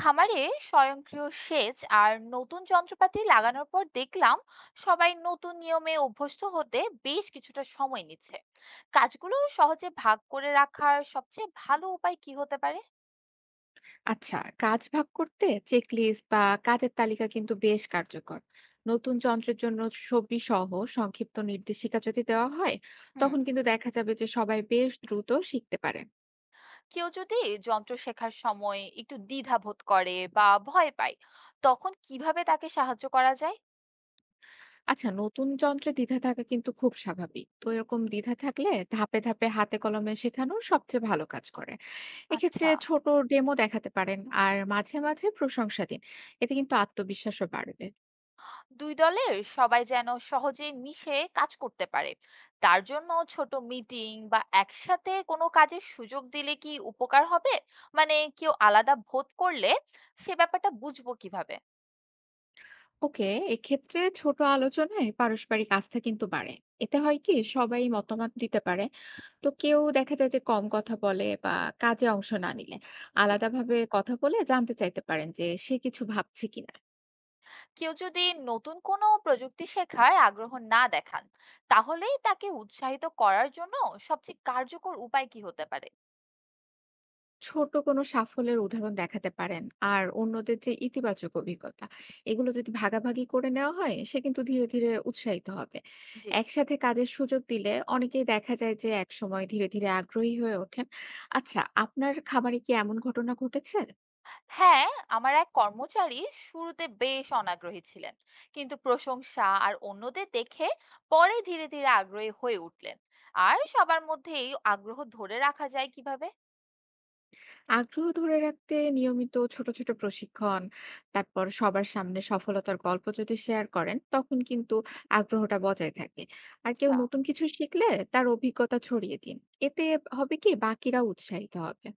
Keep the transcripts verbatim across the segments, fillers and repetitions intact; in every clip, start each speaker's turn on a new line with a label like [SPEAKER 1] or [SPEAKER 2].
[SPEAKER 1] খামারে স্বয়ংক্রিয় সেচ আর নতুন যন্ত্রপাতি লাগানোর পর দেখলাম, সবাই নতুন নিয়মে অভ্যস্ত হতে বেশ কিছুটা সময় নিচ্ছে। কাজগুলো সহজে ভাগ করে রাখার সবচেয়ে ভালো উপায় কি হতে পারে?
[SPEAKER 2] আচ্ছা, কাজ ভাগ করতে চেকলিস্ট বা কাজের তালিকা কিন্তু বেশ কার্যকর। নতুন যন্ত্রের জন্য ছবি সহ সংক্ষিপ্ত নির্দেশিকা যদি দেওয়া হয়,
[SPEAKER 1] হুম।
[SPEAKER 2] তখন কিন্তু দেখা যাবে যে সবাই বেশ দ্রুত শিখতে পারেন।
[SPEAKER 1] কেউ যদি যন্ত্র শেখার সময় একটু দ্বিধা বোধ করে বা ভয় পায়, তখন কিভাবে তাকে সাহায্য করা যায়?
[SPEAKER 2] আচ্ছা, নতুন যন্ত্রে দ্বিধা থাকা কিন্তু খুব স্বাভাবিক। তো এরকম দ্বিধা থাকলে ধাপে ধাপে হাতে কলমে শেখানো সবচেয়ে ভালো কাজ করে। এক্ষেত্রে
[SPEAKER 1] আচ্ছা।
[SPEAKER 2] ছোট ডেমো দেখাতে পারেন। আর মাঝে মাঝে প্রশংসা দিন, এতে কিন্তু আত্মবিশ্বাসও বাড়বে।
[SPEAKER 1] দুই দলের সবাই যেন সহজে মিশে কাজ করতে পারে, তার জন্য ছোট মিটিং বা একসাথে কোনো কাজের সুযোগ দিলে কি উপকার হবে? মানে কেউ আলাদা ভোট করলে সে ব্যাপারটা বুঝবো কিভাবে?
[SPEAKER 2] ওকে, এক্ষেত্রে ছোট আলোচনায় পারস্পরিক আস্থা কিন্তু বাড়ে। এতে হয় কি, সবাই মতামত দিতে পারে। তো কেউ দেখা যায় যে কম কথা বলে বা কাজে অংশ না নিলে,
[SPEAKER 1] জি।
[SPEAKER 2] আলাদাভাবে কথা বলে জানতে চাইতে পারেন যে সে কিছু ভাবছে কিনা।
[SPEAKER 1] কেউ যদি নতুন কোনো প্রযুক্তি শেখার আগ্রহ না দেখান, তাহলেই তাকে উৎসাহিত করার জন্য সবচেয়ে কার্যকর উপায় কি হতে পারে?
[SPEAKER 2] ছোট কোনো সাফল্যের উদাহরণ দেখাতে পারেন। আর অন্যদের যে ইতিবাচক অভিজ্ঞতা, এগুলো যদি ভাগাভাগি করে নেওয়া হয়, সে কিন্তু ধীরে ধীরে উৎসাহিত হবে।
[SPEAKER 1] জি,
[SPEAKER 2] একসাথে কাজের সুযোগ দিলে অনেকেই দেখা যায় যে একসময় ধীরে ধীরে আগ্রহী হয়ে ওঠেন। আচ্ছা, আপনার খামারে কি এমন ঘটনা ঘটেছে?
[SPEAKER 1] হ্যাঁ। আমার এক কর্মচারী শুরুতে বেশ অনাগ্রহী ছিলেন, কিন্তু প্রশংসা আর অন্যদের দেখে পরে ধীরে ধীরে আগ্রহী হয়ে উঠলেন। আর সবার মধ্যে এই আগ্রহ ধরে রাখা যায় কিভাবে?
[SPEAKER 2] আগ্রহ ধরে রাখতে নিয়মিত ছোট ছোট প্রশিক্ষণ, তারপর সবার সামনে সফলতার গল্প যদি শেয়ার করেন, তখন কিন্তু আগ্রহটা বজায় থাকে। আর কেউ
[SPEAKER 1] আচ্ছা।
[SPEAKER 2] নতুন কিছু শিখলে তার অভিজ্ঞতা ছড়িয়ে দিন। এতে হবে কি, বাকিরাও উৎসাহিত হবে।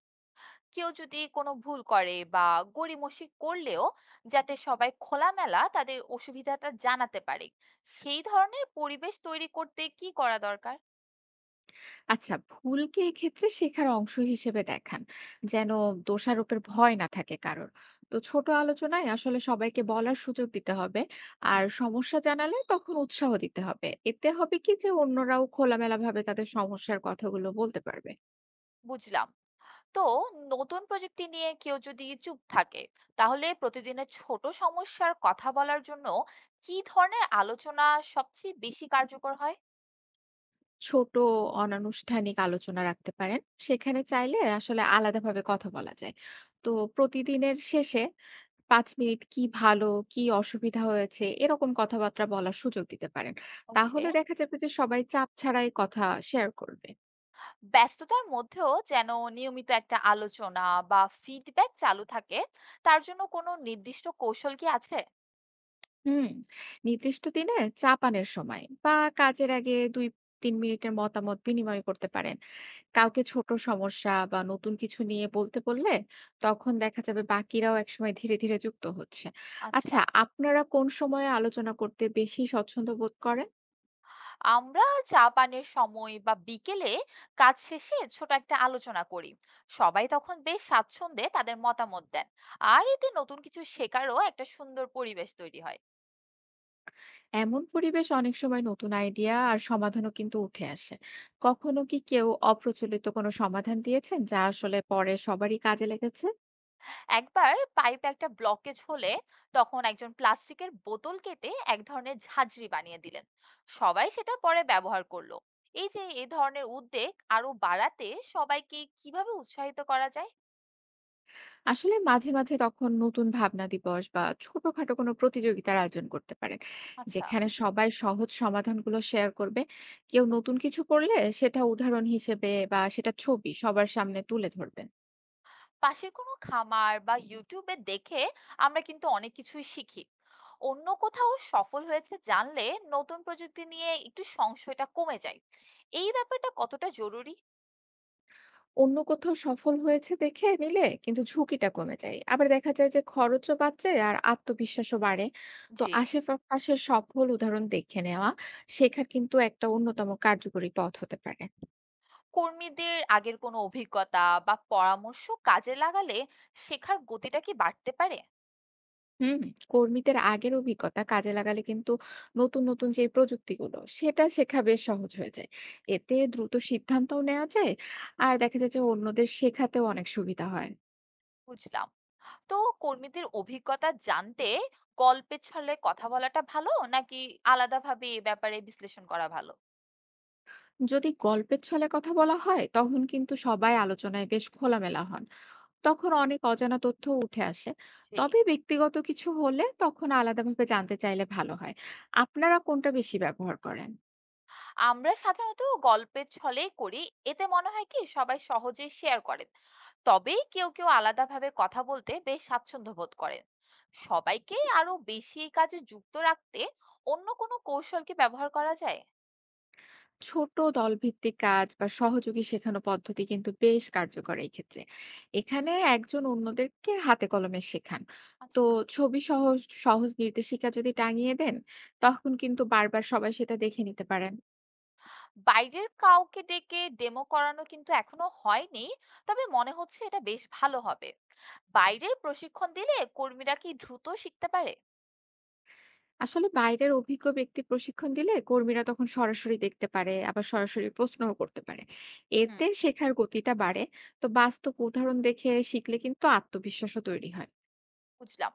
[SPEAKER 1] কেউ যদি কোনো ভুল করে বা গড়িমসি করলেও, যাতে সবাই খোলামেলা তাদের অসুবিধাটা জানাতে পারে, সেই ধরনের পরিবেশ তৈরি করতে কি করা দরকার?
[SPEAKER 2] আচ্ছা, ভুলকে এক্ষেত্রে শেখার অংশ হিসেবে দেখান, যেন দোষারোপের ভয় না থাকে কারোর। তো ছোট আলোচনায় আসলে সবাইকে বলার সুযোগ দিতে হবে। আর সমস্যা জানালে তখন উৎসাহ দিতে হবে। এতে হবে কি, যে অন্যরাও খোলামেলা ভাবে তাদের সমস্যার কথাগুলো বলতে পারবে।
[SPEAKER 1] বুঝলাম। তো নতুন প্রযুক্তি নিয়ে কেউ যদি চুপ থাকে, তাহলে প্রতিদিনের ছোট সমস্যার কথা বলার জন্য কি ধরনের আলোচনা সবচেয়ে বেশি কার্যকর হয়?
[SPEAKER 2] ছোট অনানুষ্ঠানিক আলোচনা রাখতে পারেন। সেখানে চাইলে আসলে আলাদাভাবে কথা বলা যায়। তো প্রতিদিনের শেষে পাঁচ মিনিট কি ভালো, কি অসুবিধা হয়েছে, এরকম কথাবার্তা বলার সুযোগ দিতে পারেন।
[SPEAKER 1] ওকে।
[SPEAKER 2] তাহলে দেখা যাবে যে সবাই চাপ ছাড়াই কথা শেয়ার করবে।
[SPEAKER 1] ব্যস্ততার মধ্যেও যেন নিয়মিত একটা আলোচনা বা ফিডব্যাক চালু থাকে, তার জন্য কোনো নির্দিষ্ট কৌশল কি আছে?
[SPEAKER 2] হুম, নির্দিষ্ট দিনে চা পানের সময় বা কাজের আগে দুই থেকে তিন মিনিটের মতামত বিনিময় করতে পারেন। কাউকে ছোট সমস্যা বা নতুন কিছু নিয়ে বলতে বললে, তখন দেখা যাবে বাকিরাও একসময় ধীরে ধীরে যুক্ত হচ্ছে।
[SPEAKER 1] আচ্ছা।
[SPEAKER 2] আচ্ছা, আপনারা কোন সময়ে আলোচনা করতে বেশি স্বচ্ছন্দ বোধ করেন?
[SPEAKER 1] আমরা চা পানের সময় বা বিকেলে কাজ শেষে ছোট একটা আলোচনা করি। সবাই তখন বেশ স্বাচ্ছন্দ্যে তাদের মতামত দেন, আর এতে নতুন কিছু শেখারও একটা সুন্দর পরিবেশ তৈরি হয়।
[SPEAKER 2] এমন পরিবেশ অনেক সময় নতুন আইডিয়া আর সমাধানও কিন্তু উঠে আসে। কখনো কি কেউ অপ্রচলিত কোনো সমাধান দিয়েছেন যা আসলে পরে সবারই কাজে লেগেছে?
[SPEAKER 1] একবার পাইপে একটা ব্লকেজ হলে তখন একজন প্লাস্টিকের বোতল কেটে এক ধরনের ঝাঁঝরি বানিয়ে দিলেন, সবাই সেটা পরে ব্যবহার করলো। এই যে এই ধরনের উদ্যোগ আরো বাড়াতে সবাইকে কিভাবে উৎসাহিত করা যায়?
[SPEAKER 2] আসলে মাঝে মাঝে তখন নতুন ভাবনা দিবস বা ছোটখাটো কোনো প্রতিযোগিতার আয়োজন করতে পারেন,
[SPEAKER 1] আচ্ছা।
[SPEAKER 2] যেখানে সবাই সহজ সমাধানগুলো শেয়ার করবে। কেউ নতুন কিছু করলে সেটা উদাহরণ হিসেবে বা সেটা ছবি সবার সামনে তুলে ধরবে।
[SPEAKER 1] পাশের কোনো খামার বা ইউটিউবে দেখে আমরা কিন্তু অনেক কিছুই শিখি। অন্য কোথাও সফল হয়েছে জানলে নতুন প্রযুক্তি নিয়ে একটু সংশয়টা কমে যায়। এই ব্যাপারটা কতটা জরুরি?
[SPEAKER 2] অন্য কোথাও সফল হয়েছে দেখে নিলে কিন্তু ঝুঁকিটা কমে যায়। আবার দেখা যায় যে খরচও বাঁচে আর আত্মবিশ্বাসও বাড়ে। তো
[SPEAKER 1] জি।
[SPEAKER 2] আশেপাশের সফল উদাহরণ দেখে নেওয়া শেখার কিন্তু একটা অন্যতম কার্যকরী পথ হতে পারে।
[SPEAKER 1] কর্মীদের আগের কোনো অভিজ্ঞতা বা পরামর্শ কাজে লাগালে শেখার গতিটা কি বাড়তে পারে?
[SPEAKER 2] হুম, কর্মীদের আগের অভিজ্ঞতা কাজে লাগালে কিন্তু নতুন নতুন যে প্রযুক্তিগুলো সেটা শেখা বেশ সহজ হয়ে যায়। এতে দ্রুত সিদ্ধান্তও নেওয়া যায়। আর দেখা যায় যে অন্যদের শেখাতেও অনেক সুবিধা হয়।
[SPEAKER 1] বুঝলাম। তো কর্মীদের অভিজ্ঞতা জানতে গল্পের ছলে কথা বলাটা ভালো, নাকি আলাদাভাবে এ ব্যাপারে বিশ্লেষণ করা ভালো?
[SPEAKER 2] যদি গল্পের ছলে কথা বলা হয় তখন কিন্তু সবাই আলোচনায় বেশ খোলামেলা হন। তখন অনেক অজানা তথ্য উঠে আসে।
[SPEAKER 1] জি।
[SPEAKER 2] তবে ব্যক্তিগত কিছু হলে তখন আলাদাভাবে জানতে চাইলে ভালো হয়। আপনারা কোনটা বেশি ব্যবহার করেন?
[SPEAKER 1] আমরা সাধারণত গল্পের ছলেই করি, এতে মনে হয় কি সবাই সহজেই শেয়ার করেন। তবে কেউ কেউ আলাদাভাবে কথা বলতে বেশ স্বাচ্ছন্দ্য বোধ করেন। সবাইকে আরো বেশি এই কাজে যুক্ত রাখতে অন্য কোনো কৌশল কি ব্যবহার করা যায়?
[SPEAKER 2] ছোট দলভিত্তিক কাজ বা সহযোগী শেখানো পদ্ধতি কিন্তু বেশ কার্যকর এই ক্ষেত্রে। এখানে একজন অন্যদেরকে হাতে কলমে শেখান। তো
[SPEAKER 1] আচ্ছা।
[SPEAKER 2] ছবি সহ সহজ নির্দেশিকা যদি টাঙিয়ে দেন, তখন কিন্তু বারবার সবাই সেটা দেখে নিতে পারেন।
[SPEAKER 1] বাইরের কাউকে ডেকে ডেমো করানো কিন্তু এখনো হয়নি, তবে মনে হচ্ছে এটা বেশ ভালো হবে। বাইরের প্রশিক্ষণ দিলে কর্মীরা কি দ্রুত শিখতে পারে?
[SPEAKER 2] আসলে বাইরের অভিজ্ঞ ব্যক্তি প্রশিক্ষণ দিলে কর্মীরা তখন সরাসরি দেখতে পারে, আবার সরাসরি প্রশ্নও করতে পারে।
[SPEAKER 1] হুম।
[SPEAKER 2] এতে শেখার গতিটা বাড়ে। তো বাস্তব উদাহরণ দেখে শিখলে কিন্তু আত্মবিশ্বাসও তৈরি হয়।
[SPEAKER 1] বুঝলাম।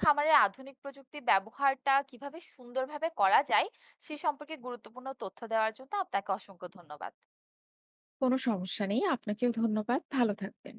[SPEAKER 1] খামারের আধুনিক প্রযুক্তি ব্যবহারটা কিভাবে সুন্দরভাবে করা যায়, সে সম্পর্কে গুরুত্বপূর্ণ তথ্য দেওয়ার জন্য আপনাকে অসংখ্য ধন্যবাদ।
[SPEAKER 2] কোনো সমস্যা নেই, আপনাকেও ধন্যবাদ, ভালো থাকবেন।